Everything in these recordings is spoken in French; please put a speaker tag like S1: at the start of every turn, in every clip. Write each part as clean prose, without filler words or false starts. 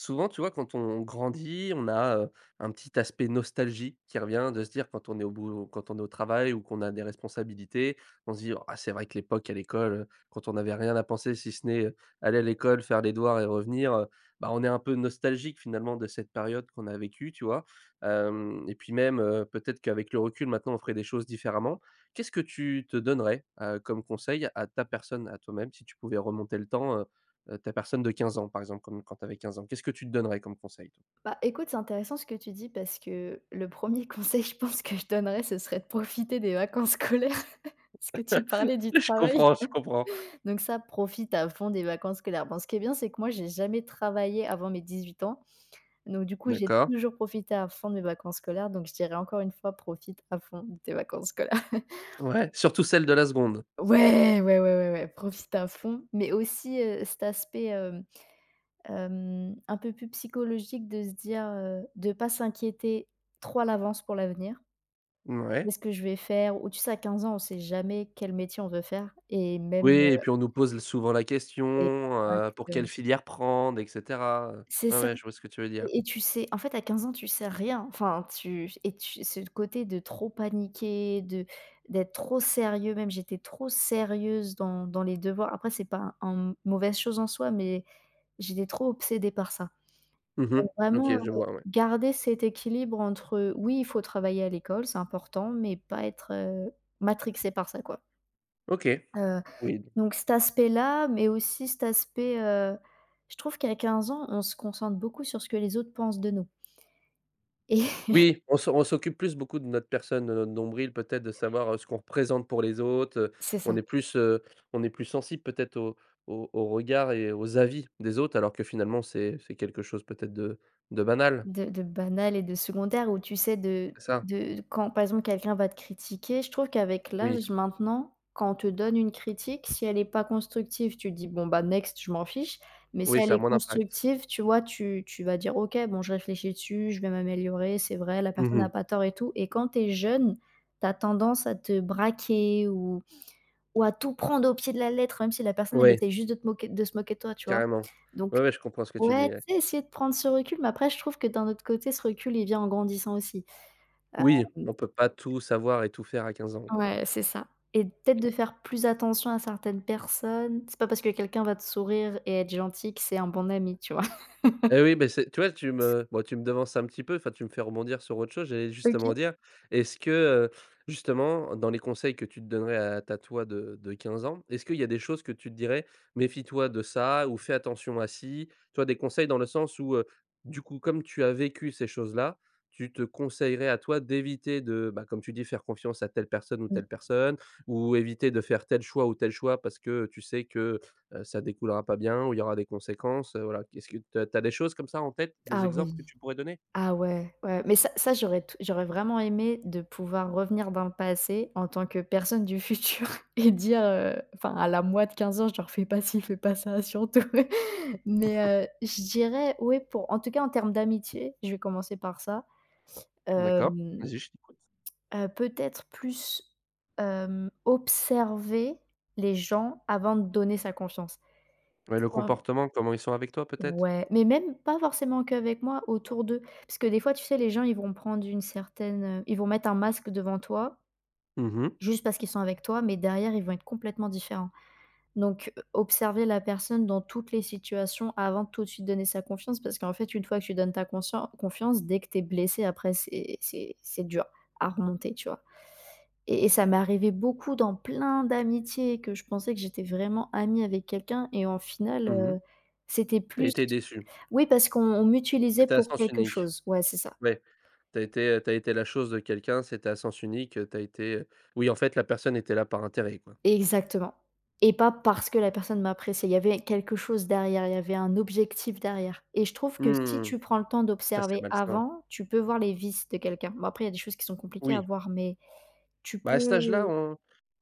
S1: Souvent, tu vois, quand on grandit, on a, un petit aspect nostalgie qui revient, de se dire quand on est au boulot quand on est au travail ou qu'on a des responsabilités, on se dit: «Ah c'est vrai que l'époque à l'école, quand on n'avait rien à penser si ce n'est, aller à l'école, faire les devoirs et revenir», bah, on est un peu nostalgique finalement de cette période qu'on a vécue, tu vois? Hem et puis même, peut-être qu'avec le recul maintenant on ferait des choses différemment. Qu'est-ce que tu te donnerais, comme conseil à ta personne, à toi-même, si tu pouvais remonter le temps, ta personne de 15 ans, par exemple, comme quand tu avais 15 ans, qu'est-ce que tu te donnerais comme conseil, toi?
S2: Bah, écoute, c'est intéressant ce que tu dis parce que le premier conseil, je pense que je donnerais, ce serait de profiter des vacances scolaires, parce que tu parlais du
S1: Je
S2: travail.
S1: comprends, je comprends.
S2: Donc ça, profite à fond des vacances scolaires. Bon, ce qui est bien, c'est que moi, j'ai jamais travaillé avant mes 18 ans. Donc du coup, j'ai
S1: D'accord.
S2: toujours profité à fond de mes vacances scolaires. Donc je dirais encore une fois, profite à fond de tes vacances scolaires.
S1: Ouais, surtout celle de la seconde?
S2: Ouais, ouais, ouais, ouais, ouais, profite à fond. Mais aussi cet aspect un peu plus psychologique de se dire, de pas s'inquiéter trop à l'avance pour l'avenir.
S1: Ouais.
S2: Qu'est-ce que je vais faire? Ou tu sais, à 15 ans, on sait jamais quel métier on veut faire et
S1: Oui
S2: même,
S1: et puis on nous pose souvent la question,
S2: heu
S1: pour quelle
S2: exactement.
S1: filière prendre et cetera.
S2: C'est
S1: Ouais,
S2: ça
S1: ouais, je vois ce que tu veux dire.
S2: et tu sais en fait, à 15 ans, tu sais rien. Enfin, tu et tu ce côté de trop paniquer, de d'être trop sérieux même, j'étais trop sérieuse dans les devoirs. Après, c'est pas un une mauvaise chose en soi, mais j'étais trop obsédée par ça.
S1: Mmh.
S2: Donc vraiment,
S1: OK, je vois, ouais.
S2: garder cet équilibre entre oui, il faut travailler à l'école, c'est important, mais pas être, matrixée par ça, quoi.
S1: OK.
S2: Euh,
S1: Oui.
S2: Donc cet aspect-là, mais aussi cet aspect, je trouve qu'à 15 ans, on se concentre beaucoup sur ce que les autres pensent de nous et
S1: Oui, on s'occupe plus beaucoup de notre personne, de notre nombril, peut-être de savoir, ce qu'on représente pour les autres,
S2: C'est
S1: on
S2: ça.
S1: est plus, heu, on est plus sensible peut-être au au aux regards et aux avis des autres, alors que finalement c'est quelque chose peut-être de banal,
S2: De banal et de secondaire où tu sais de
S1: c'est ça?
S2: de quand par exemple quelqu'un va te critiquer, je trouve qu'avec
S1: Oui,
S2: l'âge maintenant, quand on te donne une critique, si elle n'est pas constructive, tu te dis: «Bon bah next, je m'en fiche», mais si
S1: oui,
S2: elle
S1: ça a
S2: est
S1: moins d'impact.
S2: constructive, tu vois, tu vas dire: «OK, bon je réfléchis dessus, je vais m'améliorer, c'est vrai, la
S1: Mmh
S2: personne n'a
S1: mh.
S2: pas tort et tout» et quand tu es jeune, tu as tendance à te braquer ou à tout prendre au pied de la lettre, même si la personne, elle
S1: Ouais,
S2: essaye juste de te moquer de se moquer de toi, tu vois?
S1: carrément. Oui,
S2: Donc
S1: ouais, ouais, je comprends ce que tu dis,
S2: ouais,
S1: ouais.
S2: tu sais, essayer de prendre ce recul, mais après je trouve que d'un autre côté, ce recul, il vient en grandissant aussi. Heu
S1: Oui, on peut pas tout savoir et tout faire à 15 ans, quoi.
S2: Ouais, c'est ça. Et peut-être de faire plus attention à certaines personnes. C'est pas parce que quelqu'un va te sourire et être gentil que c'est un bon ami, tu vois?
S1: Eh oui, beh, c'est tu vois, tu me devances un petit peu, enfin, tu me fais rebondir sur autre chose. J'allais
S2: OK.
S1: justement dire, est-ce que, justement, dans les conseils que tu te donnerais à ta toi de 15 ans, est-ce qu'il y a des choses que tu te dirais: «Méfie-toi de ça» ou «Fais attention à ci»? Tu vois, des conseils dans le sens où, du coup, comme tu as vécu ces choses-là, tu te conseillerais à toi d'éviter de, bah, comme tu dis, faire confiance à
S2: Mmh.
S1: telle personne ou éviter de faire tel choix ou tel choix parce que tu sais que ça découlera pas bien ou il y aura des conséquences, voilà. Qu'est-ce que tu as des choses comme ça en tête, des
S2: Ah
S1: exemples que
S2: oui.
S1: tu pourrais donner?
S2: Ah ouais, ouais, mais ça j'aurais vraiment aimé de pouvoir revenir dans le passé en tant que personne du futur et dire, enfin à la moi de 15 ans, je genre: «Fais pas ci, fais pas ça surtout». Mais, je dirais ouais pour en tout cas en termes d'amitié, je vais commencer par ça.
S1: D'accord,
S2: Hem,
S1: vas-y, je t'écoute.
S2: Peut-être plus, observer les gens avant de donner sa confiance.
S1: Ouais, le comportement, comment ils sont avec toi peut-être?
S2: Ouais, mais même pas forcément qu'avec moi, autour d'eux. Parce que des fois, tu sais, les gens, ils vont prendre une certaine, ils vont mettre un masque devant toi,
S1: Mmh mh.
S2: juste parce qu'ils sont avec toi, mais derrière, ils vont être complètement différents. Donc, observer la personne dans toutes les situations avant de tout de suite donner sa confiance, parce qu'en fait, une fois que tu donnes ta conscien confiance, dès que t'es blessé, après, c'est dur à remonter, tu vois? Et ça m'est arrivé beaucoup dans plein d'amitiés que je pensais que j'étais vraiment amie avec quelqu'un et en final,
S1: T'as
S2: c'était plus
S1: été déçu.
S2: oui, parce qu'on m'utilisait
S1: C'était à
S2: pour
S1: sens
S2: quelque
S1: unique.
S2: chose. Ouais, c'est ça.
S1: Ouais. T'as été la chose de quelqu'un, c'était à sens unique. Oui en fait la personne était là par intérêt quoi.
S2: Exactement et pas parce que la personne m'appréciait. Il y avait quelque chose derrière, il y avait un objectif derrière et je trouve que si
S1: Hmm.
S2: tu prends le temps
S1: Ça c'est
S2: d'observer
S1: malsain.
S2: avant, tu peux voir les vices de quelqu'un. Bon, après, il y a des choses qui sont compliquées à
S1: Oui.
S2: voir, mais tu
S1: Bah, à cet âge-là,
S2: peux
S1: on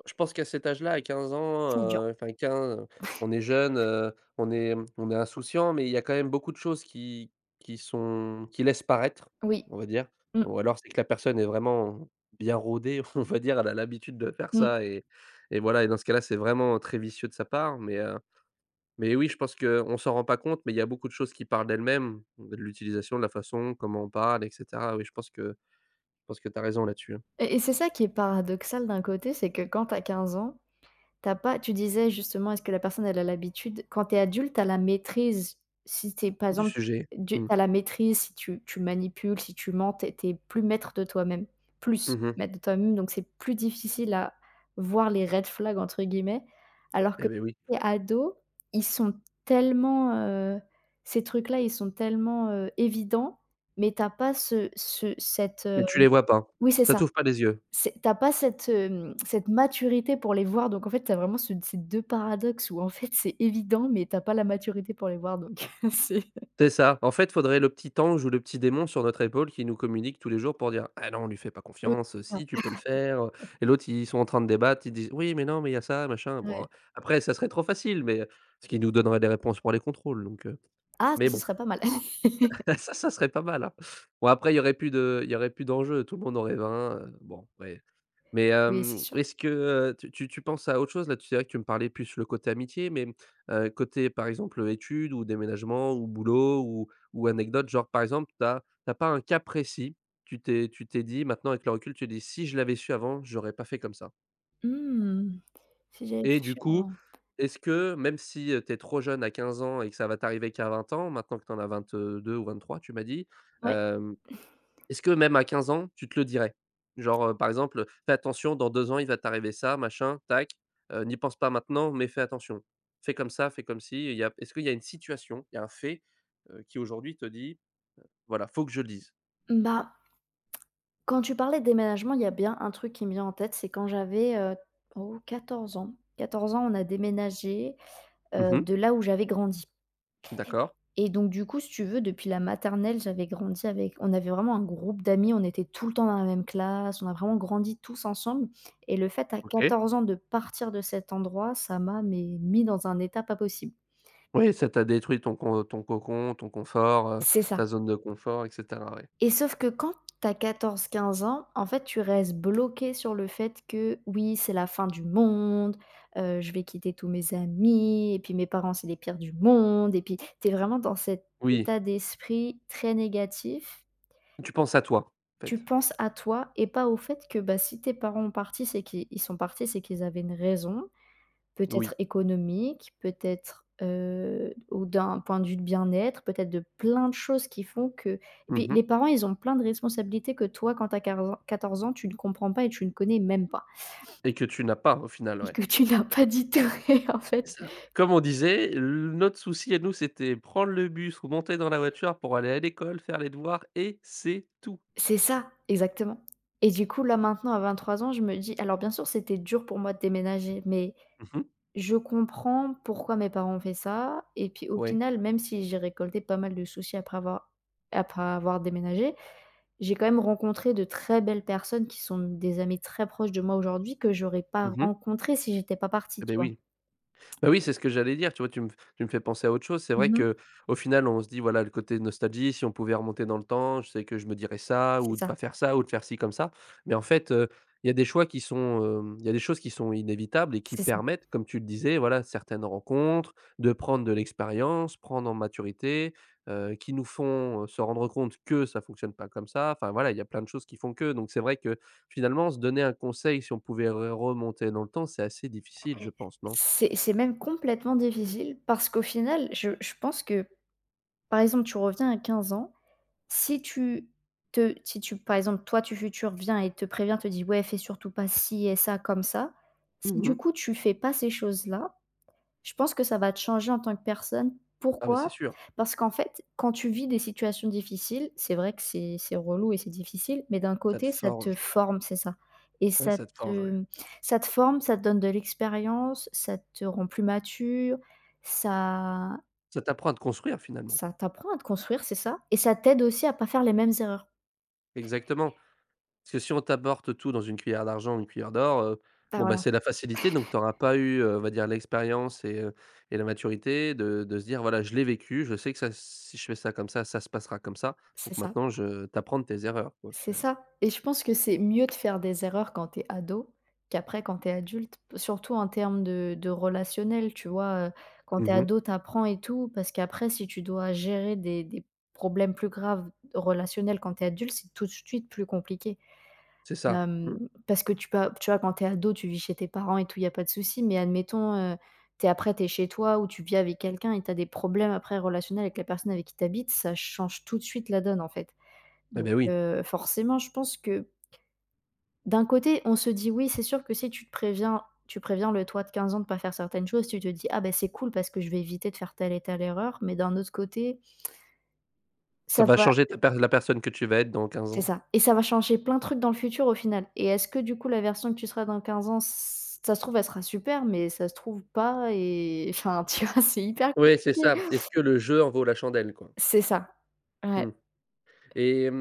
S1: je pense qu'à cet âge-là, à 15 ans,
S2: c'est dur.
S1: enfin 15 on est jeune, on est insouciant, mais il y a quand même beaucoup de choses qui sont qui laissent paraître,
S2: Oui.
S1: on va dire.
S2: Mmh,
S1: Ou alors c'est que la personne est vraiment bien rodée, on va dire, elle a l'habitude de faire
S2: mmh
S1: ça et voilà et dans ce cas-là, c'est vraiment très vicieux de sa part, mais oui, je pense qu'on s'en rend pas compte, mais il y a beaucoup de choses qui parlent d'elles-mêmes, de l'utilisation, de la façon, comment on parle et cetera. Oui, je pense que tu as raison là-dessus, hein,
S2: et c'est ça qui est paradoxal d'un côté, c'est que quand tu as 15 ans T'as pas tu disais justement, est-ce que la personne, elle a l'habitude quand tu es adulte, tu as la maîtrise. Si tu es par
S1: du
S2: exemple,
S1: sujet.
S2: du Tu
S1: Mmh.
S2: as la maîtrise si tu manipules, si tu mens, tu es plus maître de toi-même, plus
S1: Mmh.
S2: maître de toi-même, donc c'est plus difficile à voir les «red flags» entre guillemets, alors que
S1: Eh beh, oui,
S2: les ados, ils sont tellement, ces trucs-là, ils sont tellement, évidents, mais t'as pas ce ce cette,
S1: mais tu les vois pas.
S2: oui, c'est
S1: Ça
S2: ça.
S1: t'ouvre pas les yeux.
S2: C'est tu pas cette, cette maturité pour les voir, donc en fait, t'as vraiment ce ces 2 paradoxes où en fait, c'est évident, mais t'as pas la maturité pour les voir, donc c'est
S1: C'est ça. En fait, faudrait le petit ange ou le petit démon sur notre épaule qui nous communique tous les jours pour dire: «Ah non, on lui fait pas
S2: oui,
S1: confiance,
S2: c'est
S1: si tu
S2: ça,
S1: peux le faire,» et l'autre, ils sont en train de débattre, ils disent: «Oui, mais non, mais il y a ça, machin». Bon,
S2: ouais.
S1: hein». Après ça serait trop facile, mais ce qui nous donnerait des réponses pour les contrôles donc
S2: Ah,
S1: mais
S2: ça, ce
S1: bon,
S2: serait pas mal.
S1: ça serait pas mal, hein. Bon après il y aurait plus d'enjeu, tout le monde aurait 20 bon, ouais. Mais,
S2: Oui, c'est sûr.
S1: est-ce que, tu penses à autre chose là? Tu c'est que tu me parlais plus le côté amitié, mais, côté par exemple, études ou déménagement ou boulot ou anecdote, genre par exemple, tu as pas un cas précis, tu t'es dit maintenant avec le recul, tu dis: «Si je l'avais su avant, j'aurais pas fait comme ça».
S2: Mmh, si j'avais
S1: Et du
S2: su
S1: coup,
S2: avant.
S1: est-ce que même si, tu es trop jeune à 15 ans et que ça va t'arriver qu'à 20 ans, maintenant que tu en as deux ou 23, tu m'as dit,
S2: Ouais,
S1: est-ce que même à 15 ans, tu te le dirais? Genre, par exemple, «Fais attention, dans 2 ans, il va t'arriver ça, machin, tac, n'y pense pas maintenant, mais fais attention. Fais comme ça, fais comme si. Il y a est-ce qu'il y a une situation, il y a un fait, qui aujourd'hui te dit: «Voilà, faut que je le dise»?
S2: bah, quand tu parlais de déménagement, il y a bien un truc qui me vient en tête, c'est quand j'avais, oh quatorze ans, on a déménagé,
S1: Mmh.
S2: de là où j'avais grandi.
S1: D'accord.
S2: Et donc du coup, si tu veux, depuis la maternelle, j'avais grandi avec on avait vraiment un groupe d'amis, on était tout le temps dans la même classe, on a vraiment grandi tous ensemble et le fait à
S1: OK.
S2: 14 ans de partir de cet endroit, ça m'a mis dans un état pas possible.
S1: Oui, ça t'a détruit ton con ton cocon, ton confort,
S2: C'est ça.
S1: ta zone de confort et cetera, ouais.
S2: Et sauf que quand tu as 14-15 ans, en fait, tu restes bloqué sur le fait que oui, c'est la fin du monde, je vais quitter tous mes amis et puis mes parents, c'est les pires du monde et puis tu es vraiment dans cet
S1: Oui,
S2: état d'esprit très négatif.
S1: tu penses à toi, en
S2: Tu
S1: fait.
S2: penses à toi et pas au fait que, bah, si tes parents ont parti, c'est qu'ils sont partis, c'est qu'ils avaient une raison, peut-être
S1: Oui.
S2: économique, peut-être, ou d'un point de vue de bien-être, peut-être de plein de choses qui font que et puis
S1: Mmh.
S2: les parents, ils ont plein de responsabilités que toi, quand tu as quar 14 ans, tu ne comprends pas et tu ne connais même pas
S1: Et que tu n'as pas, au final,
S2: et
S1: ouais.
S2: que tu n'as pas digéré en fait.
S1: C'est ça. Comme on disait, le notre souci à nous, c'était prendre le bus ou monter dans la voiture pour aller à l'école, faire les devoirs et c'est tout.
S2: C'est ça, exactement et du coup, là, maintenant à 23 ans, je me dis alors bien sûr, c'était dur pour moi de déménager, mais
S1: Mmh mh.
S2: je comprends pourquoi mes parents ont fait ça et puis au
S1: Ouais.
S2: final, même si j'ai récolté pas mal de soucis après avoir déménagé, j'ai quand même rencontré de très belles personnes qui sont des amis très proches de moi aujourd'hui que j'aurais
S1: Mmh
S2: pas
S1: mh.
S2: rencontrées si j'étais pas partie, tu
S1: Et
S2: vois?
S1: oui. Bah, oui, c'est ce que j'allais dire, tu vois? Tu me fais penser à autre chose. C'est vrai
S2: Mmh.
S1: que, au final, on se dit, voilà, le côté nostalgie, si on pouvait remonter dans le temps, je sais que je me dirais ça
S2: C'est
S1: ou de
S2: ça,
S1: pas faire ça ou de faire ci comme ça. Mais en fait, il y a des choses qui sont inévitables et qui
S2: c'est ça.
S1: permettent, comme tu le disais, voilà, certaines rencontres, de prendre de l'expérience, prendre en maturité, qui nous font, se rendre compte que ça fonctionne pas comme ça. Enfin, voilà, il y a plein de choses qui font que. Donc c'est vrai que, finalement, se donner un conseil si on pouvait re remonter dans le temps, c'est assez difficile, je pense, non?
S2: C'est même complètement difficile parce qu'au final, je pense que, par exemple, tu reviens à 15 ans. Si tu si tu par exemple, toi, tu vu viens et te prévient, te dit: «Ouais, fais surtout pas ci et ça comme ça». Si du
S1: Mmh.
S2: coup, tu fais pas ces choses-là, je pense que ça va te changer en tant que personne.
S1: Ah bah, c'est
S2: Pourquoi?
S1: sûr,
S2: Parce qu'en fait, quand tu vis des situations difficiles, c'est vrai que c'est relou et c'est difficile, mais d'un
S1: ça te
S2: côté, ça te
S1: forge.
S2: forme, c'est ça et
S1: Ouais,
S2: ça
S1: ça te forge, ouais.
S2: te ça te forme, ça te donne de l'expérience, ça te rend plus mature, ça
S1: Ça t'apprend à te construire finalement.
S2: ça t'apprend à te construire, c'est ça et ça t'aide aussi à pas faire les mêmes erreurs.
S1: Exactement. Parce que si on t'apporte tout dans une cuillère d'argent une cuillère d'or,
S2: Bah,
S1: bon, bah,
S2: voilà.
S1: c'est la facilité donc tu auras pas eu, on va dire l'expérience et la maturité de se dire: «Voilà, je l'ai vécu, je sais que ça si je fais ça comme ça se passera comme ça,
S2: C'est
S1: donc
S2: ça,
S1: maintenant je» t'apprends de tes erreurs quoi au
S2: c'est
S1: final.
S2: ça et je pense que c'est mieux de faire des erreurs quand t'es ado qu'après quand t'es es adulte, surtout en termes de relationnel, tu vois? Quand t'es
S1: Mmh.
S2: ado, t'apprends et tout, parce qu'après si tu dois gérer des problèmes plus graves relationnels quand t'es adulte, c'est tout de suite plus compliqué.
S1: C'est ça. Mmh.
S2: Hem, parce que tu peux tu vois, quand t'es ado, tu vis chez tes parents et tout, il y a pas de souci, mais admettons, tu après t'es chez toi ou tu vis avec quelqu'un et t'as des problèmes après relationnels avec la personne avec qui t'habites, ça change tout de suite la donne, en fait.
S1: Eh
S2: Donc
S1: beh, oui,
S2: forcément, je pense que d'un côté, on se dit: «Oui, c'est sûr que si tu te préviens tu préviens le toi de 15 ans de pas faire certaines choses, tu te dis: "Ah ben c'est cool parce que je vais éviter de faire telle et telle erreur"», mais d'un autre côté,
S1: ça
S2: ça
S1: va
S2: va
S1: changer ta per la personne que tu vas être dans quinze
S2: c'est
S1: ans.
S2: ça et ça va changer plein de trucs dans le futur au final et est-ce que du coup, la version que tu seras dans 15 ans, ç ça se trouve, elle sera super, mais ça se trouve pas et enfin, tu vois, c'est hyper
S1: Oui, c'est
S2: compliqué.
S1: ça. Est-ce que le jeu en vaut la chandelle quoi?
S2: C'est ça, ouais,
S1: Mmh. Et hem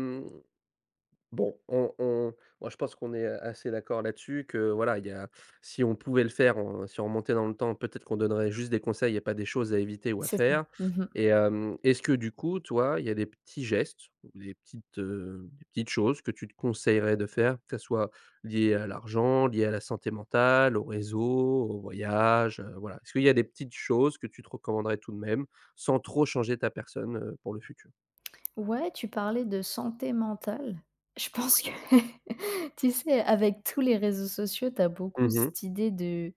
S1: bon, on moi, je pense qu'on est assez d'accord là-dessus que, voilà, il y a si on pouvait le faire, on si on remontait dans le temps, peut-être qu'on donnerait juste des conseils et pas des choses à éviter ou à
S2: c'est ça.
S1: faire.
S2: Mmh.
S1: Et est-ce que du coup, toi, il y a des petits gestes ou des petites choses que tu te conseillerais de faire, que ça soit lié à l'argent, lié à la santé mentale, au réseau, au voyage, voilà. Est-ce qu'il y a des petites choses que tu te recommanderais tout de même, sans trop changer ta personne, pour le futur?
S2: Ouais, tu parlais de santé mentale. Je pense que, tu sais, avec tous les réseaux sociaux, tu as beaucoup
S1: Mmh.
S2: cette idée de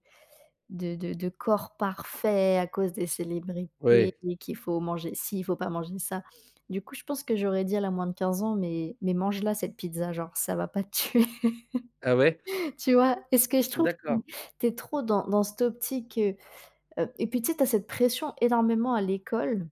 S2: de corps parfait à cause des célébrités
S1: Oui.
S2: et qu'il faut manger ci, il faut pas manger ça. Du coup, je pense que j'aurais dit à la moins de 15 ans: mais mange-la cette pizza, genre ça va pas te tuer»,
S1: Ah ouais?
S2: tu vois? Est ce que je trouve, que
S1: D'accord.
S2: tu es trop dans cette optique, et puis tu sais, tu as cette pression énormément à l'école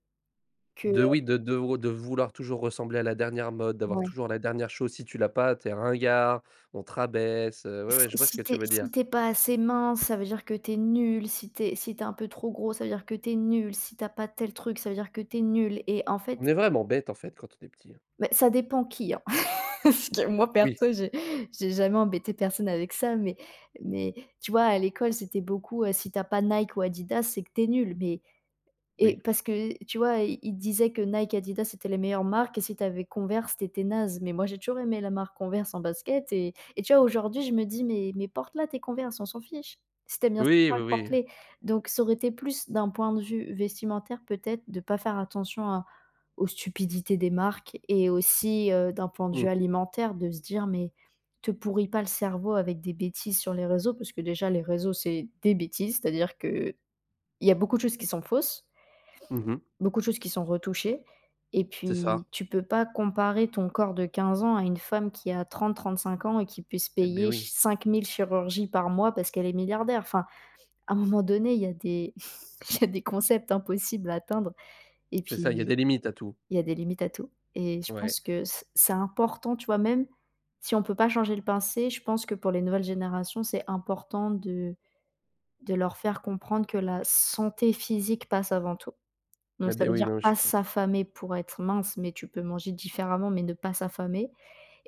S2: que
S1: De Oui, de vou de vouloir toujours ressembler à la dernière mode, d'avoir
S2: ouais.
S1: toujours la dernière chose. Si tu l'as pas, t'es ringard, on te rabaisse, ouais,
S2: Si
S1: ouais, je vois ce que
S2: si tu
S1: tu veux dire.
S2: si t'es pas assez mince, ça veut dire que t'es nul, si t'es un peu trop gros, ça veut dire que t'es nul, si t'as pas tel truc, ça veut dire que t'es nul et en fait,
S1: On est vraiment bête, en fait, quand on est petit, hein.
S2: bah, ça dépend qui, hein. Parce que moi
S1: Oui,
S2: perso, j'ai jamais embêté personne avec ça, mais mais tu vois, à l'école, c'était beaucoup, si t'as pas Nike ou Adidas, c'est que t'es nul, mais et
S1: oui.
S2: parce que, tu vois, i il disait que Nike, Adidas, c'était les meilleures marques et si t'avais Converse, tu étais naze. Mais moi, j'ai toujours aimé la marque Converse en basket et tu vois, aujourd'hui, je me dis: «Mais porte-la tes Converse, on s'en fiche. Si t'aimes bien cette
S1: Oui, oui,
S2: marque,
S1: oui.
S2: porte-les». Donc ça aurait été plus d'un point de vue vestimentaire, peut-être, de pas faire attention à aux stupidités des marques et aussi, d'un point de vue
S1: Mmh.
S2: alimentaire, de se dire: «Mais te pourris pas le cerveau avec des bêtises sur les réseaux», parce que déjà les réseaux, c'est des bêtises, c'est-à-dire que il y a beaucoup de choses qui sont fausses.
S1: Mmh.
S2: Beaucoup de choses qui sont retouchées et
S1: C'est
S2: puis
S1: ça.
S2: tu peux pas comparer ton corps de 15 ans à une femme qui a 30-35 ans et qui peut se
S1: Et ben
S2: payer
S1: oui.
S2: ch 5 000 chirurgies par mois parce qu'elle est milliardaire. Enfin, à un moment donné, il y a des il y a des concepts impossibles à atteindre et
S1: C'est ça, il y a
S2: puis
S1: des limites à tout.
S2: il y a des limites à tout et je
S1: Ouais.
S2: pense que c'est important, tu vois? Même si on peut pas changer le passé, je pense que pour les nouvelles générations, c'est important de leur faire comprendre que la santé physique passe avant tout. Donc
S1: Et
S2: ça
S1: ben
S2: veut
S1: oui,
S2: dire
S1: non, je
S2: pas s'affamer pour être mince, mais tu peux manger différemment, mais ne pas s'affamer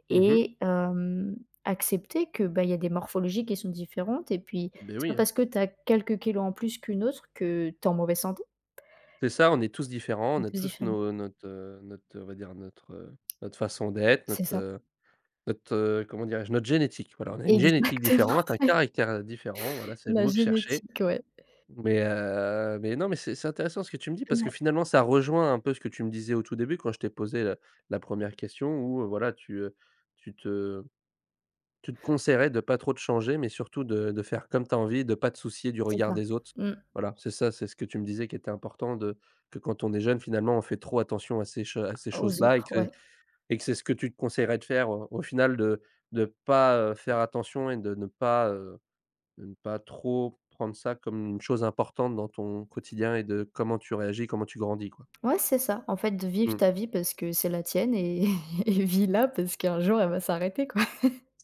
S1: mmh mh.
S2: et accepter que, bah, il y a des morphologies qui sont différentes et puis
S1: Beh,
S2: c'est pas
S1: oui.
S2: parce que tu as quelques kilos en plus qu'une autre que tu es en mauvaise santé.
S1: C'est ça, on est tous différents,
S2: On
S1: on
S2: est
S1: a
S2: tous
S1: tous
S2: différents.
S1: nos notre, notre, on va dire, notre façon d'être,
S2: C'est ça.
S1: Notre, comment dirais-je? Notre génétique, voilà, on a une génétique
S2: Exactement,
S1: différente, un caractère, différent, voilà, c'est le
S2: la
S1: mot que je cherchais.
S2: génétique, ouais.
S1: Mais non, mais c'est intéressant ce que tu me dis parce que
S2: Ouais,
S1: finalement ça rejoint un peu ce que tu me disais au tout début quand je t'ai posé la 1re question où, voilà, tu te tu te conseillerais de pas trop te changer, mais surtout de faire comme tu as envie, de pas te soucier du
S2: c'est
S1: regard
S2: ça.
S1: des autres.
S2: Mmh.
S1: Voilà, c'est ça, c'est ce que tu me disais qui était important de que quand on est jeune, finalement, on fait trop attention à ces
S2: Aux
S1: choses-là et
S2: autres,
S1: que
S2: ouais.
S1: et que c'est ce que tu te conseillerais de faire, au final de pas, faire attention et de ne pas trop prendre ça comme une chose importante dans ton quotidien et de comment tu réagis, comment tu grandis, quoi.
S2: Ouais, c'est ça. En fait, de vivre
S1: Mmh.
S2: ta vie parce que c'est la tienne et et vis-la parce qu'un jour elle va s'arrêter, quoi.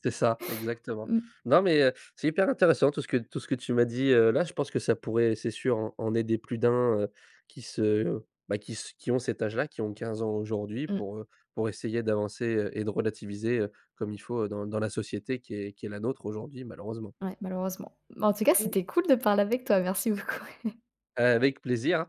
S1: C'est ça, exactement.
S2: Mmh
S1: Non, mais, c'est hyper intéressant tout ce que tu m'as dit, là. Je pense que ça pourrait, c'est sûr, en aider plus d'un, qui se bah, qui ont cet âge-là, qui ont 15 ans aujourd'hui
S2: mh.
S1: pour essayer d'avancer, et de relativiser, comme il faut, dans la société qui est la nôtre aujourd'hui, malheureusement.
S2: Ouais, malheureusement. Mais en tout cas, c'était cool de parler avec toi. Merci beaucoup.
S1: Avec plaisir,